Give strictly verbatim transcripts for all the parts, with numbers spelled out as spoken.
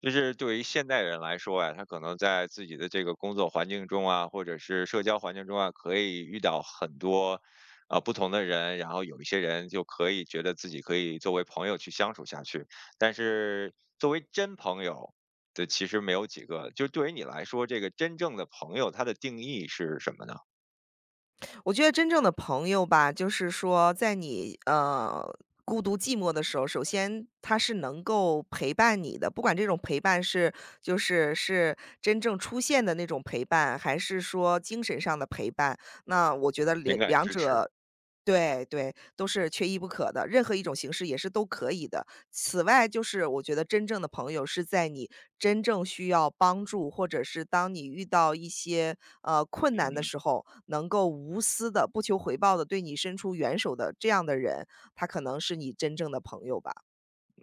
就是对于现代人来说呀，他可能在自己的这个工作环境中啊，或者是社交环境中啊，可以遇到很多啊、不同的人，然后有一些人就可以觉得自己可以作为朋友去相处下去，但是作为真朋友的其实没有几个。就对于你来说，这个真正的朋友，他的定义是什么呢？我觉得真正的朋友吧，就是说在你呃孤独寂寞的时候，首先他是能够陪伴你的，不管这种陪伴是就是是真正出现的那种陪伴，还是说精神上的陪伴，那我觉得情两感两支持，者对，对，都是缺一不可的，任何一种形式也是都可以的。此外，就是我觉得真正的朋友是在你真正需要帮助，或者是当你遇到一些呃困难的嗯。时候，能够无私的、不求回报的对你伸出援手的这样的人，他可能是你真正的朋友吧。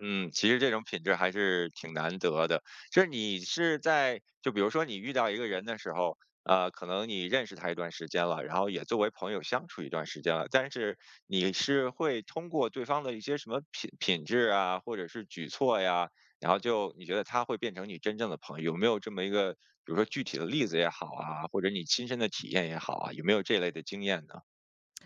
嗯，其实这种品质还是挺难得的。就是你是在就比如说你遇到一个人的时候，呃，可能你认识他一段时间了，然后也作为朋友相处一段时间了，但是你是会通过对方的一些什么品品质啊，或者是举措呀，然后就你觉得他会变成你真正的朋友，有没有这么一个，比如说具体的例子也好啊，或者你亲身的体验也好啊，有没有这类的经验呢？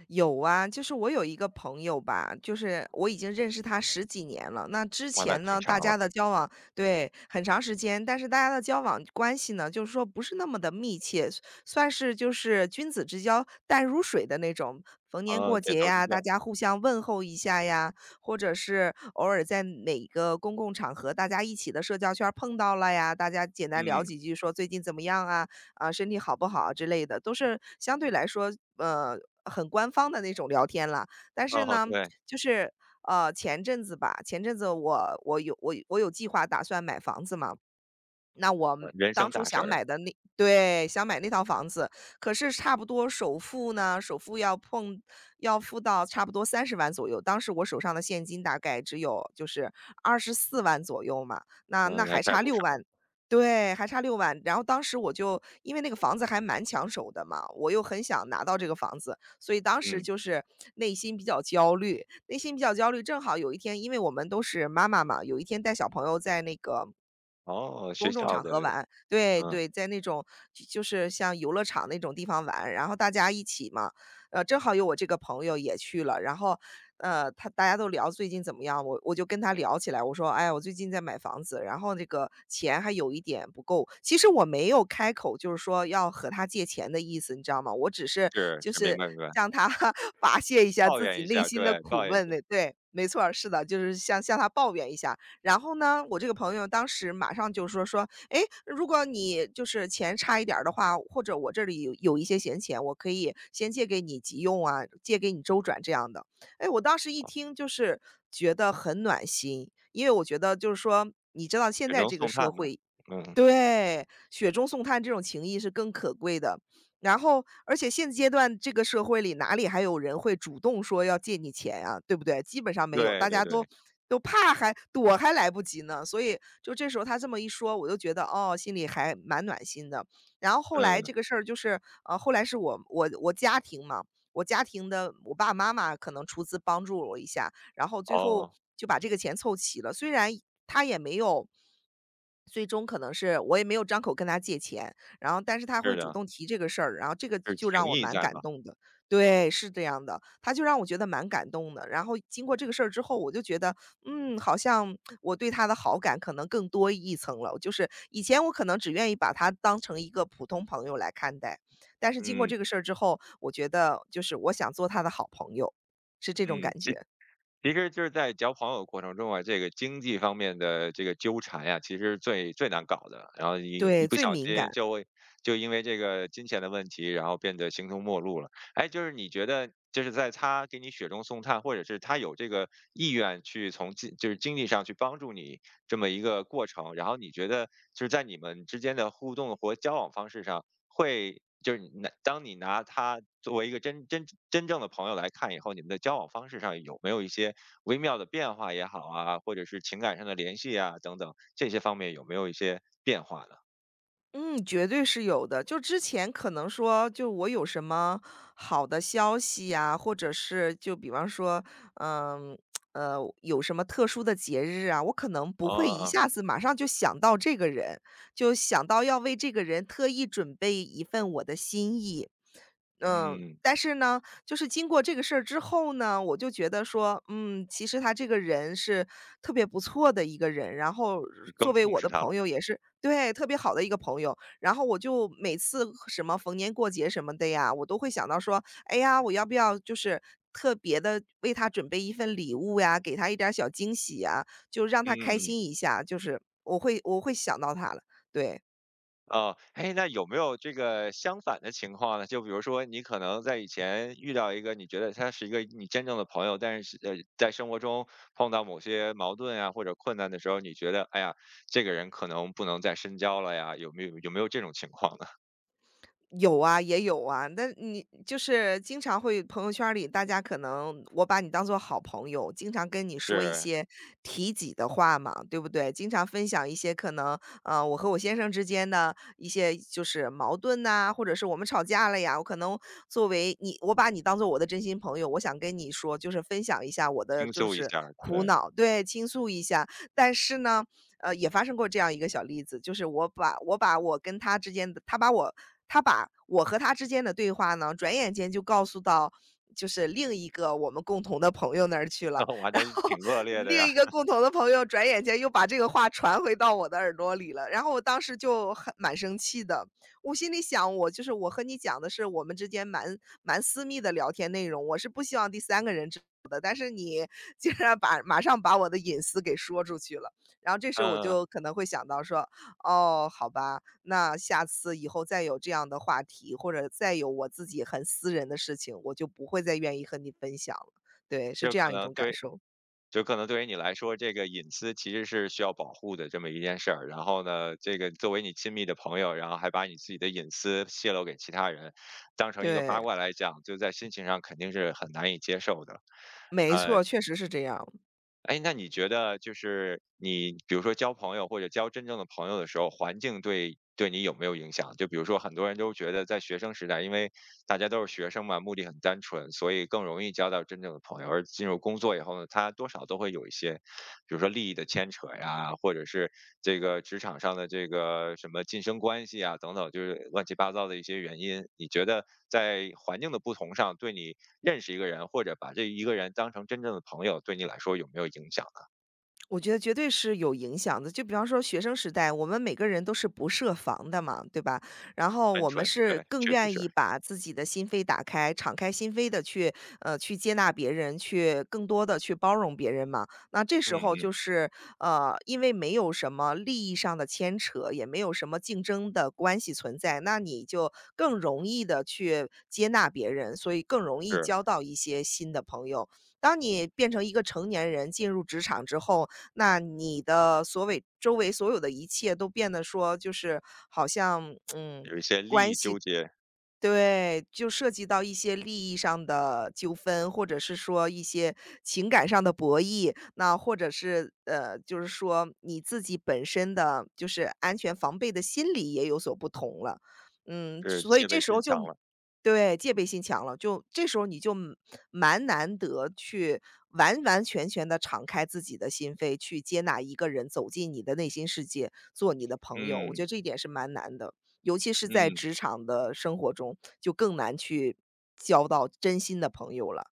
有啊，就是我有一个朋友吧，就是我已经认识他十几年了。那之哇，那前挺呢，长大家了的交往对很长时间，但是大家的交往关系呢，就是说不是那么的密切，算是就是君子之交淡如水的那种。逢年啊，过点节头之呀，大交，家互相问候一下呀，或者是偶尔在哪个公共场合，大家一起的社交圈儿碰到了呀，大家简单聊嗯，几句，说最近怎么样啊，啊，身体好不好之类的，都是相对来说，呃，很官方的那种聊天了。但是哦，呢，对，就是呃，前阵子吧，前阵子我我有我我有计划打算买房子嘛，那我们人当生初大事想儿。买的那对，想买那套房子，可是差不多首付呢，首付要碰要付到差不多三十万左右，当时我手上的现金大概只有就是二十四万左右嘛，那那嗯，来还这儿差不六少，万，对，还差六万。然后当时我就因为那个房子还蛮抢手的嘛，我又很想拿到这个房子，所以当时嗯，就是内心比较焦虑内心比较焦虑。正好有一天，因为我们都是妈妈嘛，有一天带小朋友在那个哦，学公众校场的，合玩，对，嗯，对，在那种就就是像游乐场那种地方玩，然后大家一起嘛，呃，正好有我这个朋友也去了，然后，呃，他大家都聊最近怎么样，我我就跟他聊起来，我说，哎，我最近在买房子，然后那个钱还有一点不够，其实我没有开口就是说要和他借钱的意思，你知道吗？我只是是就是，明是白明白，向他 发泄一下抱自怨己一内下，心的对，苦抱怨一闷，下，那对，没错儿，是的，就是向向他抱怨一下。然后呢，我这个朋友当时马上就说说，哎，如果你就是钱差一点儿的话，或者我这里有有一些闲钱，我可以先借给你急用啊，借给你周转这样的。哎，我当时一听就是觉得很暖心，因为我觉得就是说，你知道现雪在中这个送社炭嘛，会，嗯，对，雪中送炭这种情谊是更可贵的。然后，而且现阶段这个社会里，哪里还有人会主动说要借你钱啊，对不对？基本上没有，对大对家都对，都怕还躲还来不及呢。所以就这时候他这么一说，我就觉得哦，心里还蛮暖心的。然后后来这嗯，个事儿就是，呃，后来是我我我家庭嘛，我家庭的我爸爸妈妈可能出资帮助了我一下，然后最后哦，就把这个钱凑齐了。虽然他也没有最终可能是我也没有张口跟他借钱，然后但是他会是主的，动提这个事儿，然后这个是就情让我谊蛮在感嘛，动的。对，是这样的，他就让我觉得蛮感动的。然后经过这个事儿之后，我就觉得，嗯，好像我对他的好感可能更多一层了。就是以前我可能只愿意把他当成一个普通朋友来看待，但是经过嗯这个事儿之后，我觉得就是我想做他的好朋友，是这种嗯，感其觉。实就是在交朋友过程中啊，这个经济方面的这个纠缠呀、其实最最难搞的。然后一一对，不最小敏心感，就会就因为这个金钱的问题，然后变得形同陌路了。哎，就是你觉得，就是在他给你雪中送炭，或者是他有这个意愿去从经就是经济上去帮助你，这么一个过程。然后你觉得就是在你们之间的互动和交往方式上，会就是你拿当你拿他作为一个真真真正的朋友来看以后，你们的交往方式上有没有一些微妙的变化也好啊，或者是情感上的联系啊等等这些方面有没有一些变化呢？嗯，绝对是有的。就之前可能说，就我有什么好的消息呀，或者是就比方说，嗯，呃，有什么特殊的节日啊，我可能不会一哦，下子马上就想到这个人，就想到要为这个人特意准备一份我的心意。嗯，嗯，但是呢，就是经过这个事儿之后呢，我就觉得说，嗯，其实他这个人是特别不错的一个人，然后你更作为重我视的他朋了，友也是，对，特别好的一个朋友。然后我就每次什么逢年过节什么的呀，我都会想到说，哎呀，我要不要就是特别的为他准备一份礼物呀，给他一点儿小惊喜呀，就让他开嗯。心一下，就是我会我会想到他了，对。哦，哎，那有没有这个相反的情况呢？就比如说，你可能在以前遇到一个你觉得他是一个你真正的朋友，但是呃，在生活中碰到某些矛盾呀或者困难的时候，你觉得哎呀，这个人可能不能再深交了呀？有没有有没有这种情况呢？有啊，也有啊，但你就是经常会朋友圈儿里，大家可能我把你当做好朋友，经常跟你说一是些提己的话嘛，对不对？经常分享一些可能，呃，我和我先生之间的一些就是矛盾呐、或者是我们吵架了呀，我可能作为你，我把你当做我的真心朋友，我想跟你说，就是分享一下我的倾就诉一是下儿，苦对，恼，对，倾诉一下。但是呢，呃，也发生过这样一个小例子，就是我把我把我跟他之间的，他把我他把我和他之间的对话呢，转眼间就告诉到就是另一个我们共同的朋友那儿去 了，那我 还然真是后挺恶劣的呀，另一个共同的朋友转眼间又把这个话传回到我的耳朵里了，然后我当时就很蛮生气的，我心里想，我就是我和你讲的是我们之间蛮蛮私密的聊天内容，我是不希望第三个人知道的，但是你竟然把马上把我的隐私给说出去了。然后这时候我嗯，就可能会想到说，哦，好吧，那下次以后再有这样的话题，或者再有我自己很私人的事情，我就不会再愿意和你分享了。对，是就这可样一能种感对受。就可能对于你来说，这个隐私其实是需要保护的这么一件事儿。然后呢，这个作为你亲密的朋友，然后还把你自己的隐私泄露给其他人，当成一个八对，卦来讲，就在心情上肯定是很难以接受的。没呃，错，确实是这样。哎，那你觉得就是你，比如说交朋友或者交真正的朋友的时候，环境对对你有没有影响？就比如说，很多人都觉得在学生时代，因为大家都是学生嘛，目的很单纯，所以更容易交到真正的朋友。而进入工作以后呢，他多少都会有一些。些，比如说利益的牵扯呀，或者是这个职场上的这个什么晋升关系啊等等，就是乱七八糟的一些原因。你觉得在环境的不同上，对你认识一个人或者把这一个人当成真正的朋友，对你来说有没有影响呢？我觉得绝对是有影响的。就比方说学生时代，我们每个人都是不设防的嘛，对吧？然后单我们纯，对，是更确实愿是，意把自己的心扉打开，敞开心扉的去呃去接纳别人，去更多的去包容别人嘛。那这嗯时候就嗯，是呃，因为没有什么利益上的牵扯，也没有什么竞争的关系存在，那你就更容易的去接纳别人，所以更容易是交到一些新的朋友。当你变成一个成年人，进入职场之后，那你的所谓周围所有的一切都变得说就是好像，嗯，有一些利益纠结，对，就涉及到一些利益上的纠纷，或者是说一些情感上的博弈，那或者是呃，就是说你自己本身的就是安全防备的心理也有所不同了。嗯，是所以戒这备时心候就，强了，对，戒备心强了，就这时候你就蛮蛮难得去完完全全的敞开自己的心扉，去接纳一个人走进你的内心世界，做你的朋友，我觉嗯得这一点是蛮难的。尤其是在嗯。职场的生活中，就更难去交到真心的朋友了。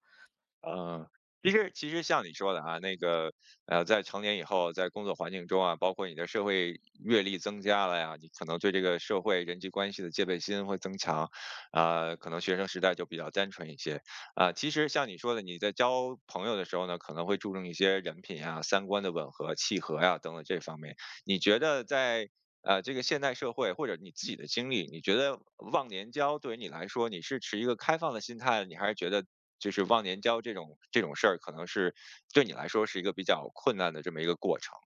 嗯，其实其实像你说的啊，那个呃，在成年以后，在工作环境中啊，包括你的社会阅历增加了呀，你可能对这个社会人际关系的戒备心会增强，啊、可能学生时代就比较单纯一些啊、其实像你说的，你在交朋友的时候呢，可能会注重一些人品啊、三观的吻合、契合呀、等等这方面。你觉得在呃这个现代社会或者你自己的经历，你觉得忘年交对于你来说，你是持一个开放的心态，你还是觉得就是忘年交这种这种事儿，可能是对你来说是一个比较困难的这么一个过程。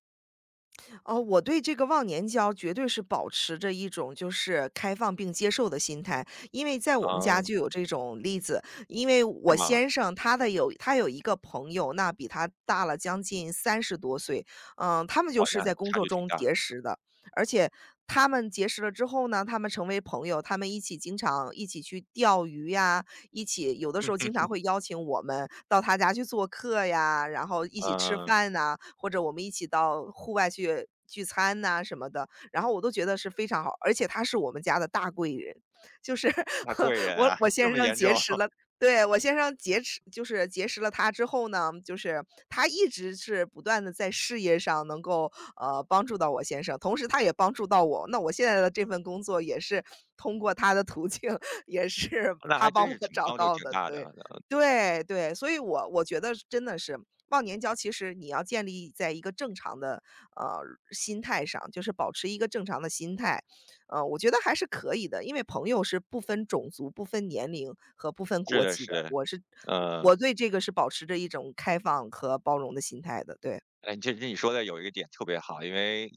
哦，我对这个忘年交绝对是保持着一种就是开放并接受的心态，因为在我们家就嗯，有这种例子。因为是我吗？先生他的有他有一个朋友，那比他大了将近三十多岁，嗯，他们就哇，是那在工差作距挺中大。结识的，而且他们结识了之后呢，他们成为朋友，他们一起经常一起去钓鱼呀，一起有的时候经常会邀请我们到他家去做客呀，然后一起吃嗯，饭呐，或者我们一起到户外去聚餐呐什么的，然后我都觉得是非常好。而且他是我们家的大贵人，就是 那贵 人我啊，我 这先么生严重，结识了。对，我先生结识就是结识了他之后呢，就是他一直是不断的在事业上能够，呃，帮助到我先生，同时他也帮助到我，那我现在的这份工作也是通过他的途径也是 那他还帮真我是挺找帮助到挺的，大的。对。呃对对，所以我我觉得是真的是忘年交，其实你要建立在一个正常的，呃，心态上，就是保持一个正常的心态。呃，我觉得还是可以的，因为朋友是不分种族、不分年龄和不分是国的籍是的，的，我是嗯。我对这个是保持着一种开放和包容的心态的，对。哎，这这你说的有一个点特别好，因为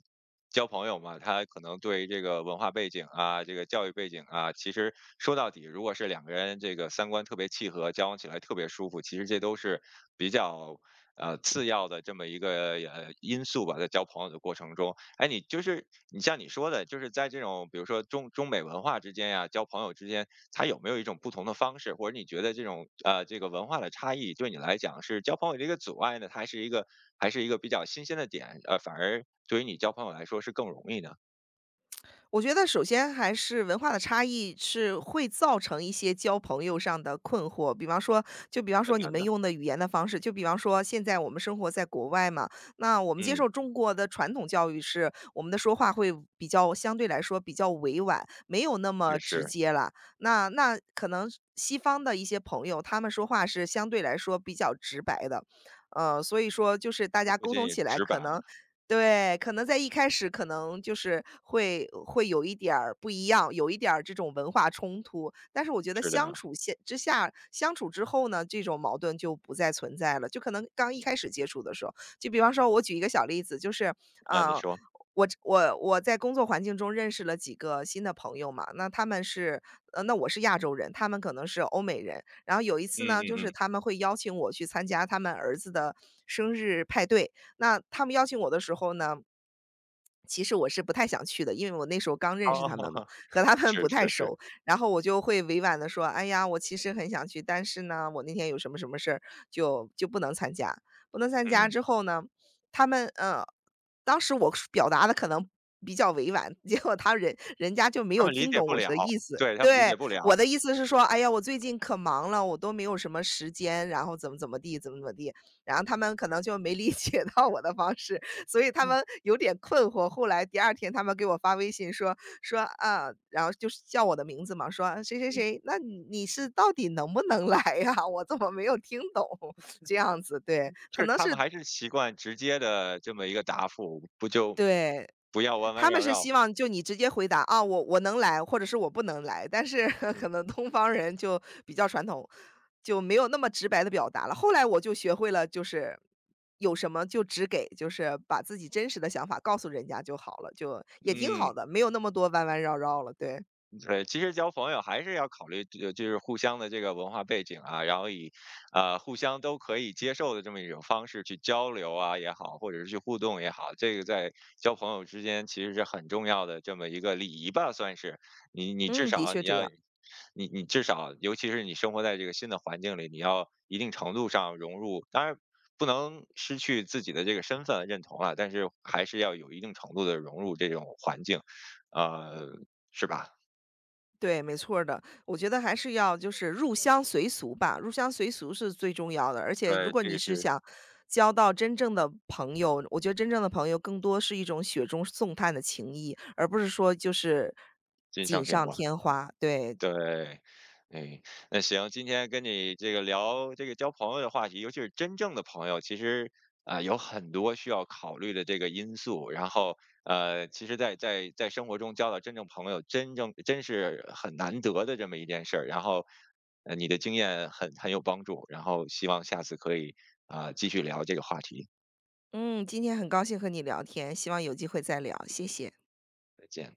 交朋友嘛，他可能对于这个文化背景啊、这个教育背景啊，其实说到底，如果是两个人这个三观特别契合，交往起来特别舒服，其实这都是比较呃次要的这么一个呃因素吧，在交朋友的过程中。哎，你就是你像你说的，就是在这种比如说中中美文化之间呀、交朋友之间，它有没有一种不同的方式，或者你觉得这种呃这个文化的差异对你来讲是交朋友的一个阻碍呢，它还是一个还是一个比较新鲜的点，呃，反而对于你交朋友来说是更容易的、我觉得首先还是文化的差异是会造成一些交朋友上的困惑，比方说，就比方困说你难们的？用的语言的方式，就比方说现在我们生活在国外嘛，那我们接嗯，受中国的传统教育是我们的说话会比较相对来说比较委婉，没有那么确直实，接了。那那可能西方的一些朋友，他们说话是相对来说比较直白的，呃，所以说就是大都家不沟仅通仅起来直白，可能对，可能在一开始可能就是会会有一点儿不一样，有一点儿这种文化冲突，但是我觉得是的，相处现之下，相处之后呢，这种矛盾就不再存在了。就可能刚一开始接触的时候，就比方说我举一个小例子，就是，啊，你啊，说，我这我我在工作环境中认识了几个新的朋友嘛，那他们是，呃，那我是亚洲人，他们可能是欧美人。然后有一次嗯呢，嗯就是嗯，他们会邀请我去参加他们儿子的生日派对，那他们邀请我的时候呢，其实我是不太想去的，因为我那时候刚认识哦，他们嘛，和他们是不太是是，熟。然后我就会委婉的说：“哎呀，我其实很想去，但是呢，我那天有什么什么事儿，就就不能参加。”不能参加嗯，之后呢，他们呃，当时我是表达的可能比较委婉，结果他人人家就没他有们理听解懂不我了，的意思。对他们理对，解不了，我的意思是说：“哎呀，我最近可忙了，我都没有什么时间，然后怎么怎么地，怎么怎么地。”然后他们可能就没理解到我的方式，所以他嗯们嗯。有点困惑。后来第二天他们给我发微信说说啊，然后就是叫我的名字嘛，说谁谁谁，那你你是到底能不能来呀？我怎么没有听懂？这样子，对，就可是能他们是还是习惯直接的这么一个答复，不就对，不要弯弯他们绕是绕。希望就你直接回答，啊，我我能来，或者是我不能来，但是 嗯，可能东方人就比较传统，就没有那么直白的表达了。后来我就学会了，就是有什么就只给，就是把自己真实的想法告诉人家就好了，就也挺好嗯。的，没有那么多弯弯绕绕了，对。对，其实交朋友还是要考虑，就就是互相的这个文化背景啊，然后以，呃，互相都可以接受的这么一种方式去交流啊也好，或者是去互动也好，这个在交朋友之间其实是很重要的这么一个礼仪吧，算是。你你至嗯，的少确你这要，样。你你至少，尤其是你生活在这个新的环境里，你要一定程度上融入，当然不能失去自己的这个身份认同了，但是还是要有一定程度的融入这种环境，呃，是吧？对，没错儿的。我觉得还是要就是入乡随俗吧，入乡随俗是最重要的。而且如对，果这你个是是想交到真正的朋友，我觉得真正的朋友更多是一种雪中送炭的情谊，而不是说就是锦锦上添上花。添花。对，对，哎，那行，今天跟你这个聊这个交朋友的话题，尤其是真正的朋友，其实啊、有很多需要考虑的这个因素。然后呃，其实在，在在生活中交到真正朋友，真正真是很难得的这么一件事儿。然后呃，你的经验很很有帮助，然后希望下次可以啊、继续聊这个话题。嗯，今天很高兴和你聊天，希望有机会再聊，谢谢。再见。